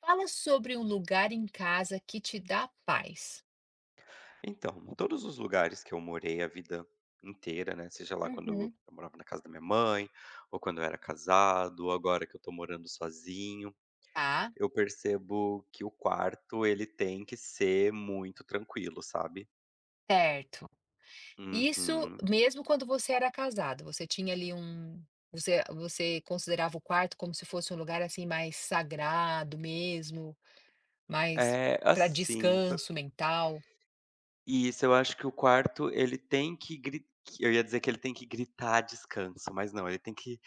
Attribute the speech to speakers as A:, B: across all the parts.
A: Fala sobre um lugar em casa que te dá paz.
B: Então, todos os lugares que eu morei a vida inteira, né, seja lá quando eu
A: Uhum.
B: morava na casa da minha mãe, ou quando eu era casado, ou agora que eu tô morando sozinho,
A: Tá?
B: eu percebo que o quarto, ele tem que ser muito tranquilo, sabe.
A: Certo. Isso
B: Uhum.
A: mesmo quando você era casado, você tinha ali você considerava o quarto como se fosse um lugar, assim, mais sagrado mesmo, mais
B: É,
A: para
B: assim, p
A: descanso mental?
B: isso, eu acho que o quarto, ele tem que gri eu ia dizer que ele tem que gritar "descanso", mas não, ele tem que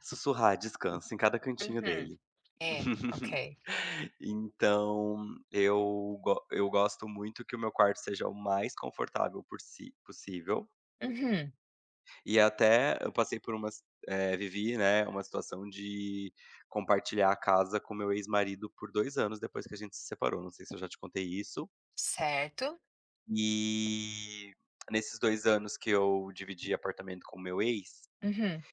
B: sussurrar "descanso" em cada cantinho
A: Uhum.
B: dele.
A: É, ok.
B: Então, eu gosto muito que o meu quarto seja o mais confortável possi possível,
A: Uhum.
B: e até eu passei por vivi, né, uma situação de compartilhar a casa com meu ex-marido por 2 anos depois que a gente se separou, não sei se eu já te contei isso.
A: Certo.
B: E nesses 2 anos que eu dividi apartamento com meu ex,
A: Uhum.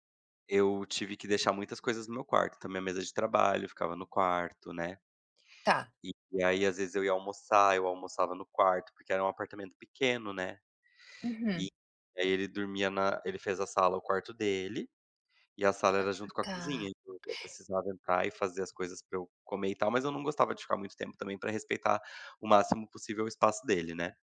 B: eu tive que deixar muitas coisas no meu quarto, então minha mesa de trabalho ficava no quarto, né.
A: Tá.
B: E aí, às vezes, eu ia almoçar, eu almoçava no quarto, porque era um apartamento pequeno, né. E
A: Uhum.
B: aí ele dormia na ele fez a sala o quarto dele, e a sala era junto com a
A: Tá.
B: cozinha, então eu precisava entrar e fazer as coisas pra eu comer e tal, mas eu não gostava de ficar muito tempo também pra respeitar o máximo possível o espaço dele, né.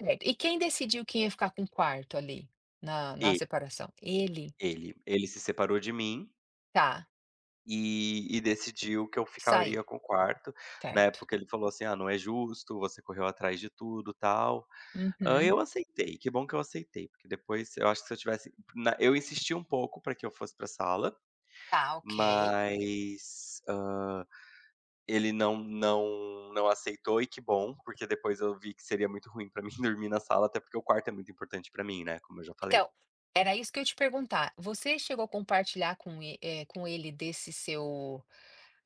A: Certo. E quem decidiu quem ia ficar com o quarto ali, na
B: E
A: separação? Ele?
B: ele se separou de mim
A: Tá.
B: e decidiu que eu
A: Saí.
B: ficaria com o quarto. Na
A: Certo.
B: época ele falou assim: "Ah, não é justo, você correu atrás de tudo, tal". Hã,
A: Uhum.
B: eu aceitei, que bom que eu aceitei, porque depois eu acho que se eu tivesse na eu insisti um pouco para que eu fosse pra sala,
A: Tá, ok.
B: mas, ele não aceitou e que bom, porque depois eu vi que seria muito ruim pra mim dormir na sala, até porque o quarto é muito importante pra mim, né, como eu já falei.
A: Então, era isso que eu ia te perguntar. Você chegou a compartilhar com, com ele desse seu,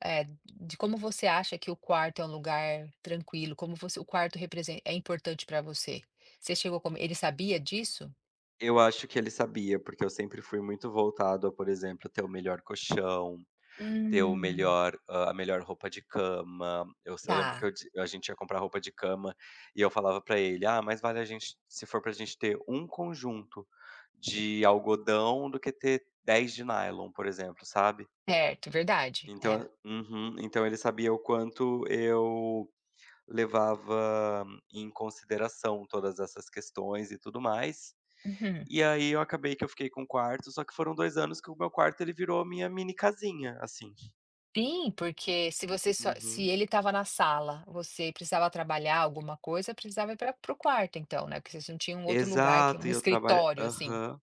A: de como você acha que o quarto é um lugar tranquilo, como você, o quarto representa, é importante para você? Você chegou como, ele sabia disso?
B: Eu acho que ele sabia, porque eu sempre fui muito voltado a, por exemplo, ter o melhor colchão. Ter o
A: Hum.
B: melhor a melhor roupa de cama. Eu lembro que
A: Tá,
B: eu di a gente ia comprar roupa de cama e eu falava pra ele: "Ah, mais vale a gente se for pra gente ter um conjunto de algodão do que ter 10 de nylon", por exemplo, sabe.
A: certo, verdade. É.
B: Então, uhum. Então ele sabia o quanto eu levava em consideração todas essas questões e tudo mais.
A: Uhum.
B: E aí eu acabei que eu fiquei com um quarto, só que foram 2 anos que o meu quarto ele virou minha mini casinha, assim.
A: Sim, porque se você só se
B: Uhum.
A: ele estava na sala, você precisava trabalhar alguma coisa, precisava ir para o quarto então, né, porque vocês não tinham um outro lugar que
B: Exato,
A: um
B: e eu trabalha
A: escritório, assim,
B: aham.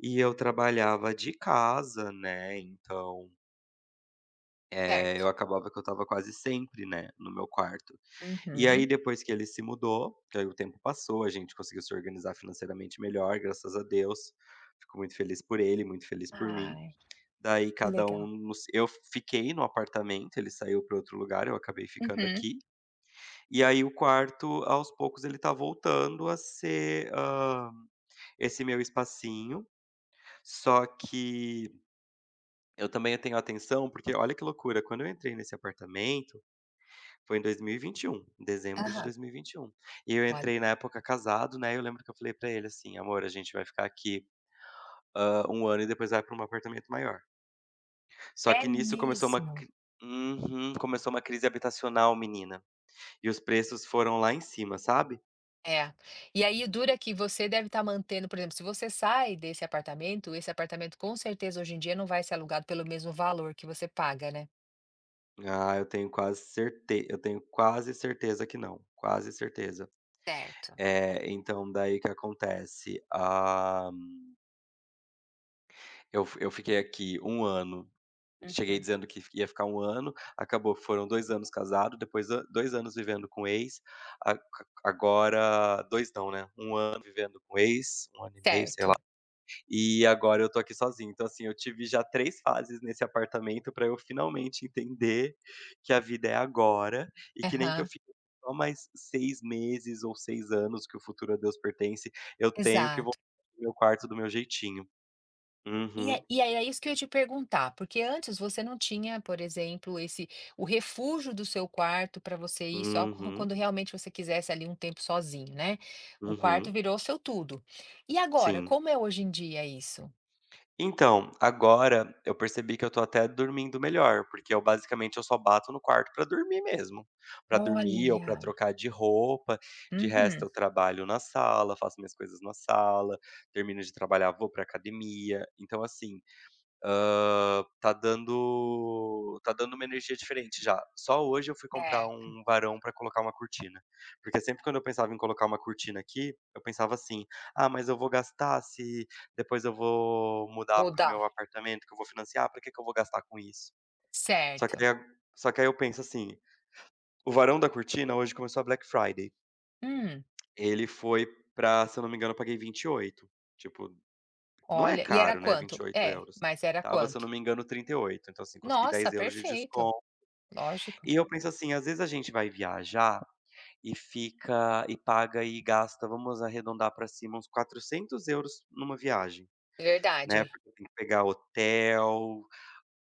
B: E eu trabalhava de casa, né, então, eu
A: certo?
B: acabava que eu estava quase sempre, né, no meu quarto. E aí
A: Uhum.
B: depois que ele se mudou, que aí o tempo passou, a gente conseguiu se organizar financeiramente melhor, graças a Deus. Fico muito feliz por ele, muito feliz por mim.
A: Ai,
B: Daí
A: que
B: cada um
A: legal.
B: no se eu fiquei no apartamento, ele saiu para outro lugar, eu acabei ficando
A: Uhum.
B: aqui. E aí o quarto, aos poucos, ele tá voltando a ser, esse meu espacinho. Só que eu também tenho atenção, porque olha que loucura, quando eu entrei nesse apartamento, foi em 2021, em dezembro de
A: Aham.
B: dois mil e vinte e um. E eu
A: Olha,
B: entrei na época casado, né, eu lembro que eu falei pra ele assim: "Amor, a gente vai ficar aqui, 1 ano e depois vai pra um apartamento maior". Só
A: é
B: que nisso começou uma
A: mesmo.
B: cri uhum, começou uma crise habitacional, menina. E os preços foram lá em cima, sabe.
A: É. E aí dura que você deve estar mantendo, por exemplo, se você sai desse apartamento, esse apartamento com certeza hoje em dia não vai ser alugado pelo mesmo valor que você paga, né?
B: Ah, eu tenho quase certeza que não, quase certeza.
A: Certo.
B: É, então daí que acontece, ah, Eu fiquei aqui 1 ano, cheguei
A: Uhum.
B: dizendo que ia ficar 1 ano, acabou que foram 2 anos casado, depois an 2 anos vivendo com ex, a agora 2 não, né, 1 ano vivendo com ex, 1 ano e meio, sei lá,
A: Certo.
B: e agora eu tô aqui sozinho. Então, assim, eu tive já 3 fases nesse apartamento pra eu finalmente entender que a vida é agora e que nem que eu
A: Aham.
B: fique só mais 6 meses ou 6 anos, que o futuro a Deus pertence, eu tenho que voltar
A: Exato.
B: para meu quarto do meu jeitinho.
A: E é
B: Uhum,
A: e aí é isso que eu ia te perguntar, porque antes você não tinha, por exemplo, esse o refúgio do seu quarto para você ir só quan
B: uhum.
A: quando realmente você quisesse ali um tempo sozinho, né. O quarto
B: Uhum,
A: virou seu tudo. E agora,
B: sim.
A: como é hoje em dia isso?
B: Então, agora eu percebi que eu tô até dormindo melhor, porque eu basicamente eu só bato no quarto pra dormir mesmo. Pra dormir ou pra
A: Olha,
B: trocar de roupa. De resto,
A: uhum,
B: eu trabalho na sala, faço minhas coisas na sala, termino de trabalhar, vou pra academia. Então, assim, tá dando uma energia diferente já. Só hoje eu fui comprar
A: certo.
B: um varão pra colocar uma cortina, porque sempre quando eu pensava em colocar uma cortina aqui, eu pensava assim: "Ah, mas eu vou gastar se depois eu vou mudar para o meu
A: Mudar.
B: apartamento que eu vou financiar, pra que que eu vou gastar com isso?". Só que
A: Certo.
B: aí a só que aí eu penso assim, o varão da cortina hoje começou a Black Friday,
A: Hum,
B: ele foi pra se eu não me engano eu paguei 28, tipo, não é
A: olha, e era
B: caro, né, Vinte
A: quanto?
B: e oito
A: É,
B: euros.
A: mas era
B: Tava, se eu não
A: quanto?
B: me engano, 38. Então, assim, consegui
A: Nossa,
B: 10 euros de
A: perfeito,
B: desconto.
A: lógico.
B: E eu penso assim, às vezes a gente vai viajar e fica e paga e gasta, vamos arredondar para cima, uns 400 euros numa viagem, né,
A: Verdade.
B: porque tem que pegar hotel,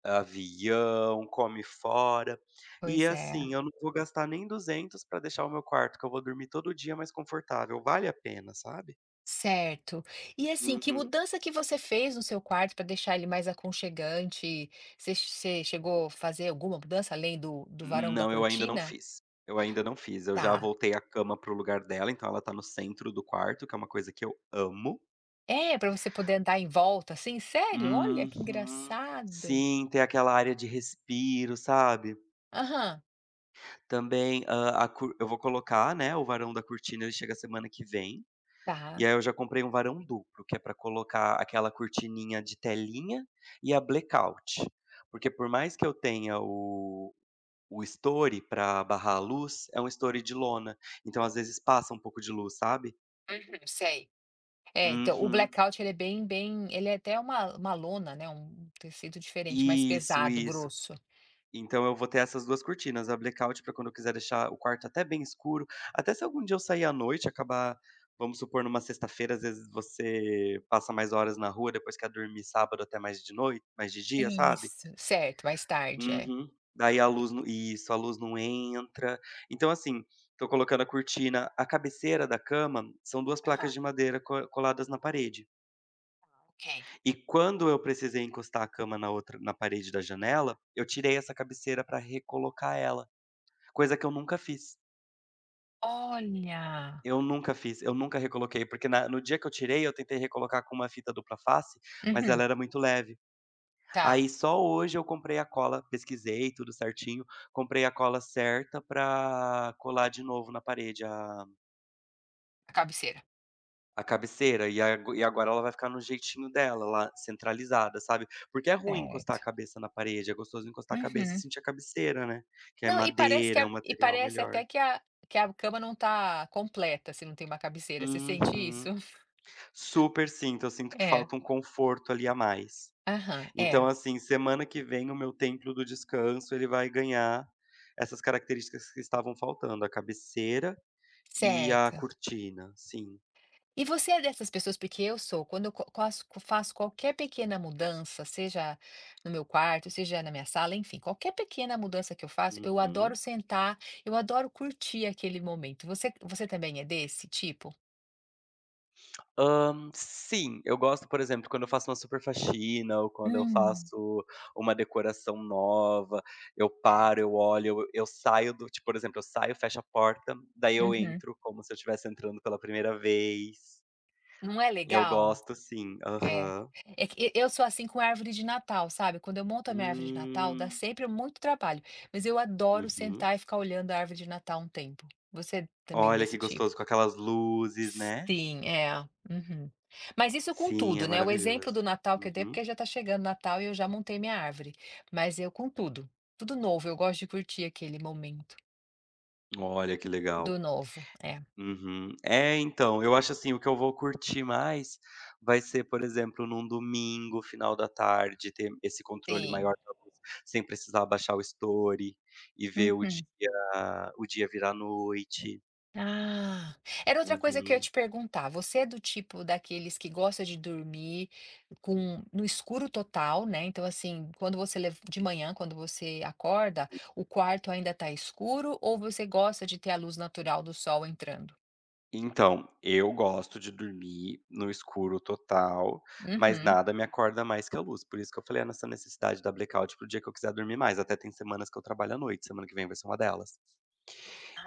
B: avião, come fora. E,
A: Pois é.
B: assim, eu não vou gastar nem 200 pra deixar o meu quarto, que eu vou dormir todo dia mais confortável. Vale a pena, sabe?
A: Certo. E assim, que
B: Uhum.
A: mudança que você fez no seu quarto para deixar ele mais aconchegante? Você chegou a fazer alguma mudança além do varão da
B: Não, eu ainda não
A: cortina?
B: fiz. Eu ainda não fiz. Eu já
A: Tá.
B: voltei a cama pro lugar dela, então ela tá no centro do quarto, que é uma coisa que eu amo.
A: É, para você poder andar em volta, assim? Sério? Olha que
B: Uhum.
A: engraçado.
B: Sim, tem aquela área de respiro, sabe.
A: Aham,
B: Também, hã, a cur eu vou colocar, né, o varão da cortina, ele chega semana que vem, e
A: tá.
B: aí eu já comprei um varão duplo, que é pra colocar aquela cortininha de telinha e a blackout. Porque por mais que eu tenha o estoure para barrar a luz é um estoure de lona, então às vezes passa um pouco de luz, sabe?
A: Uhum, sei. É, então, o
B: Uhum.
A: blackout ele é bem bem ele é até uma lona, né, um tecido diferente, mais
B: Isso,
A: pesado,
B: isso.
A: grosso.
B: Então eu vou ter essas 2 cortinas, a blackout para quando eu quiser deixar o quarto até bem escuro, até se algum dia eu sair à noite acabar, vamos supor, numa sexta-feira, às vezes você passa mais horas na rua, depois quer dormir sábado até mais de dia, sabe?
A: Isso, certo, mais tarde, é.
B: Uhum. Daí a luz não Isso, a luz não entra. Então, assim, tô colocando a cortina a cabeceira da cama são 2 placas
A: Aham,
B: de madeira co coladas na parede.
A: ok.
B: E quando eu precisei encostar a cama na parede da janela, eu tirei essa cabeceira para recolocar ela, coisa que eu nunca fiz.
A: Olha!
B: Eu nunca fiz, eu nunca recoloquei, porque na no dia que eu tirei, eu tentei recolocar com uma fita dupla face, mas
A: Uhum,
B: ela era muito leve.
A: tá.
B: Aí só hoje eu comprei a cola pesquisei tudo certinho, comprei a cola certa pra colar de novo na parede a
A: A cabeceira.
B: a cabeceira, e agora ela vai ficar no jeitinho dela lá, centralizada, sabe. Porque é ruim encostar a
A: Certo.
B: cabeça na parede, é gostoso encostar a cabeça e
A: Uhum.
B: sentir a cabeceira, né, que é
A: Não,
B: madeira, é um
A: e
B: material
A: parece
B: melhor.
A: até que a cama não tá completa se não tem uma cabeceira, você sente isso?
B: Uhum. Super sinto, eu sinto que
A: É.
B: falta um conforto ali a mais.
A: Aham,
B: Então,
A: é.
B: assim, semana que vem o meu templo do descanso, ele vai ganhar essas características que estavam faltando, a cabeceira e a
A: Certo.
B: cortina, sim.
A: E você é dessas pessoas porque eu sou, quando eu co quaço faço qualquer pequena mudança, seja no meu quarto, seja na minha sala, enfim, qualquer pequena mudança que eu faço, eu adoro
B: Uhum.
A: sentar, eu adoro curtir aquele momento. Você também é desse tipo?
B: Sim, eu gosto, por exemplo, quando eu faço uma super faxina ou quando eu
A: Hum,
B: faço uma decoração nova, eu paro,
A: certo.
B: eu olho, eu saio do tipo, por exemplo, eu saio, fecho a porta, daí eu
A: Uhum.
B: entro como se eu estivesse entrando pela primeira vez.
A: Não é
B: Eu
A: legal?
B: gosto sim.
A: É.
B: Aham.
A: É que eu sou assim com árvore de Natal, sabe, quando eu monto a minha árvore de Natal, dá
B: Hum.
A: sempre muito trabalho, mas eu adoro
B: Uhum.
A: sentar e ficar olhando a árvore de Natal um tempo. Você também
B: Olha que
A: desse tipo?
B: gostoso, com aquelas luzes, né.
A: Sim, é. Uhum. Mas isso com
B: Sim, é
A: tudo, né, o exemplo
B: maravilhoso.
A: do Natal que eu dei,
B: Uhum.
A: porque já tá chegando Natal e eu já montei minha árvore, mas eu com tudo, tudo novo, eu gosto de curtir aquele momento
B: Olha que legal.
A: do novo. É,
B: Uhum. É, então, eu acho assim, o que eu vou curtir mais vai ser, por exemplo, num domingo, final da tarde, ter esse controle maior
A: sim.
B: da luz, sem precisar baixar o story e ver
A: Uhum.
B: o dia virar noite.
A: Ah, era outra coisa que eu ia te
B: Uhum.
A: perguntar. Você é do tipo daqueles que gosta de dormir com no escuro total, né? Então, assim, de manhã, quando você acorda, o quarto ainda tá escuro ou você gosta de ter a luz natural do sol entrando?
B: Então, eu gosto de dormir no escuro total, mas
A: Uhum.
B: nada me acorda mais que a luz. Por isso que eu falei: "Ah, nessa necessidade da blackout pro dia que eu quiser dormir mais". Até tem semanas que eu trabalho à noite, semana que vem vai ser uma delas.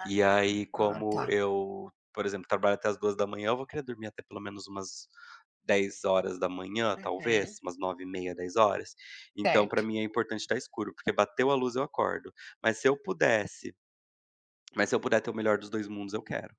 B: E aí,
A: Ah,
B: como
A: tá.
B: eu, por exemplo, trabalho até as 2 da manhã, eu vou querer dormir até pelo menos umas 10 horas da manhã, talvez,
A: Uhum.
B: umas 9 e meia, 10 horas. Então,
A: Certo.
B: pra mim é importante estar escuro, porque bateu a luz eu acordo. Mas se eu pudesse mas se eu puder ter o melhor dos 2 mundos, eu quero.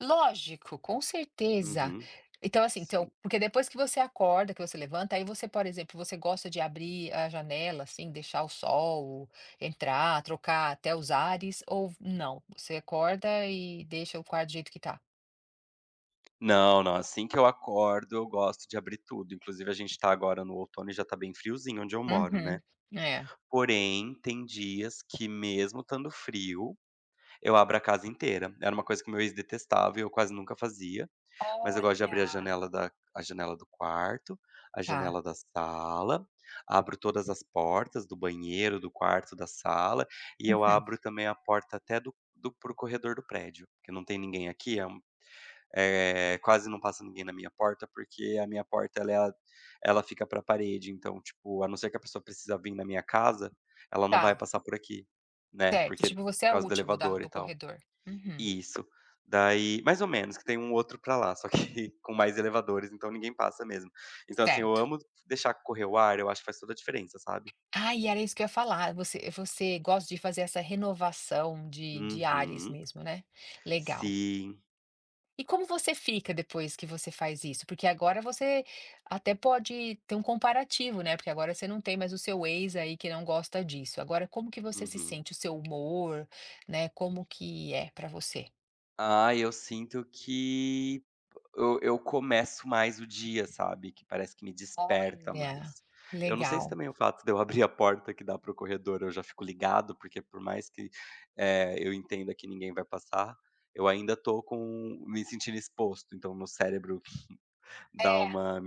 A: Lógico, com certeza.
B: Uhum.
A: Então, assim, então, porque depois que você acorda, que você levanta, aí você, por exemplo, você gosta de abrir a janela, assim, deixar o sol entrar, trocar até os ares, ou não? Você acorda e deixa o quarto do jeito que tá?
B: Não, não, assim que eu acordo, eu gosto de abrir tudo. Inclusive, a gente tá agora no outono e já tá bem friozinho onde eu moro,
A: Uhum,
B: né.
A: é.
B: Porém, tem dias que mesmo estando frio, eu abro a casa inteira. Era uma coisa que o meu ex detestava e eu quase nunca fazia, mas eu gosto de abrir
A: Olha!
B: a janela do quarto, a
A: Tá,
B: janela da sala, abro todas as portas do banheiro, do quarto, da sala, e eu
A: uhum,
B: abro também a porta até do do para o corredor do prédio, porque não tem ninguém aqui, é, quase não passa ninguém na minha porta, porque a minha porta ela é a ela fica para a parede, então, tipo, a não ser que a pessoa precisa vir na minha casa, ela não vai
A: tá,
B: passar por aqui, né,
A: certo.
B: porque
A: Tipo, você
B: por
A: é o
B: causa do
A: último da
B: elevador
A: do
B: e tal.
A: corredor. Uhum,
B: Isso. Daí mais ou menos, que tem um outro pra lá, só que com mais elevadores, então ninguém passa mesmo. Então, assim, eu
A: certo.
B: amo deixar correr o ar, eu acho que faz toda a diferença, sabe.
A: Ah, e era isso que eu ia falar, você gosta de fazer essa renovação de ares
B: Uhum.
A: mesmo, né? Legal.
B: Sim.
A: E como você fica depois que você faz isso? Porque agora você até pode ter um comparativo, né, porque agora você não tem mais o seu ex aí que não gosta disso. Agora como que você se
B: Uhum.
A: sente? O seu humor, né, como que é pra você?
B: Ah, eu sinto que eu começo mais o dia, sabe, que parece que me desperta
A: Olha,
B: mais. Eu não sei se
A: legal.
B: também o fato de eu abrir a porta que dá para o corredor, eu já fico ligado, porque por mais que, eu entenda que ninguém vai passar, eu ainda tô com me sentindo exposto, então meu cérebro dá
A: É,
B: uma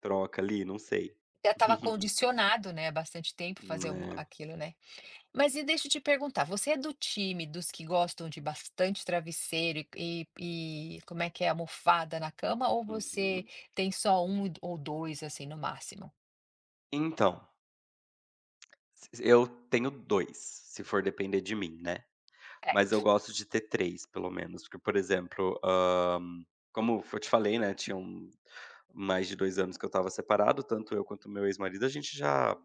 B: troca ali, não sei.
A: já estava condicionado, né, há bastante tempo fazer o
B: É,
A: aquilo, né? Mas e deixa eu te perguntar, você é do time dos que gostam de bastante travesseiro e como é que é, almofada na cama, ou você
B: uhum.
A: tem só um ou dois assim no máximo?
B: Então, se eu tenho 2, se for depender de mim, né. Mas
A: Certo.
B: eu gosto de ter 3 pelo menos, porque, por exemplo, como eu te falei, né, tinham mais de 2 anos que eu estava separado, tanto eu quanto meu ex-marido, a gente já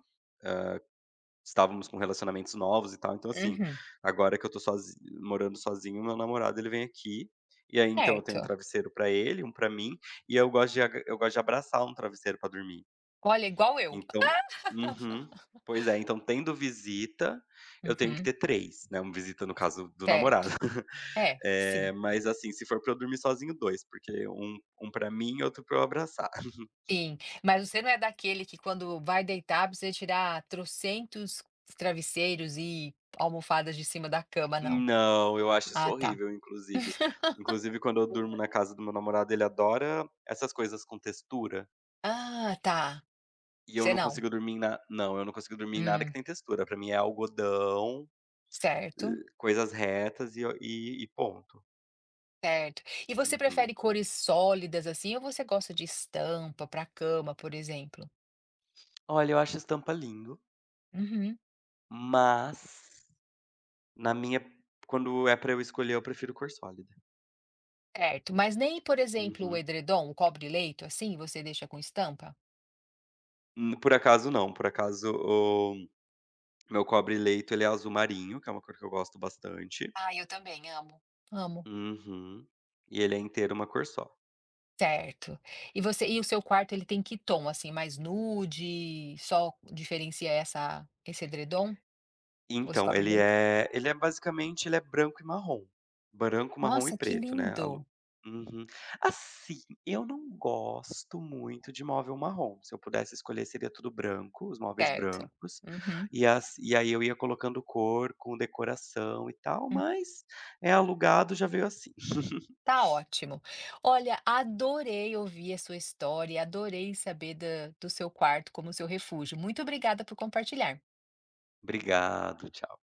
B: estávamos com relacionamentos novos e tal, então assim,
A: Uhum.
B: agora que eu tô sozi morando sozinho, meu namorado ele vem aqui, e aí então eu tenho um
A: Certo.
B: travesseiro pra ele, um pra mim, e eu gosto de abraçar um travesseiro pra dormir.
A: Olha, igual eu.
B: Então. Uhum. Pois é, então tendo visita, eu tenho que
A: Uhum.
B: ter três, né, uma visita no caso do namorado.
A: Certo. É, sim.
B: Mas assim, se for pra eu dormir sozinho, dois, porque um pra mim e outro pra eu abraçar.
A: Sim. Mas você não é daquele que quando vai deitar precisa tirar trocentos travesseiros e almofadas de cima da cama, não.
B: Não, eu acho isso
A: Ah, tá.
B: horrível, inclusive. Inclusive, quando eu durmo na casa do meu namorado, ele adora essas coisas com textura,
A: Ah, tá.
B: e eu
A: Você
B: não
A: não.
B: consigo dormir em na não, eu não consigo dormir em nada que
A: Hum,
B: tem textura. Pra mim é algodão, eh,
A: certo.
B: coisas retas e ponto.
A: Certo. E você
B: Uhum.
A: prefere cores sólidas assim ou você gosta de estampa para cama, por exemplo?
B: Olha, eu acho estampa lindo,
A: Uhum.
B: mas na minha quando é pra eu escolher, eu prefiro cor sólida.
A: Certo. Mas nem, por exemplo, o
B: Uhum.
A: edredom, o cobre-leito, assim, você deixa com estampa?
B: Por acaso não. por acaso Meu cobre-leito, ele é azul marinho, que é uma cor que eu gosto bastante.
A: Ah, eu também amo. Amo.
B: Uhum. E ele é inteiro uma cor só.
A: Certo. E você, e o seu quarto, ele tem que tom, assim, mais nude, só diferencia esse edredom ou esse
B: Então,
A: cobre-leito?
B: ele é basicamente ele é branco e marrom. Branco, marrom e
A: Nossa, que
B: preto, né. a
A: lindo.
B: lu Uhum. Assim, eu não gosto muito de móvel marrom. Se eu pudesse escolher, seria tudo branco, os móveis
A: Certo.
B: brancos.
A: Uhum.
B: E aí eu ia colocando cor com decoração e tal, mas é alugado, já veio assim.
A: Tá ótimo. Olha, adorei ouvir a sua história, adorei saber do seu quarto como seu refúgio. Muito obrigada por compartilhar.
B: Obrigado, tchau.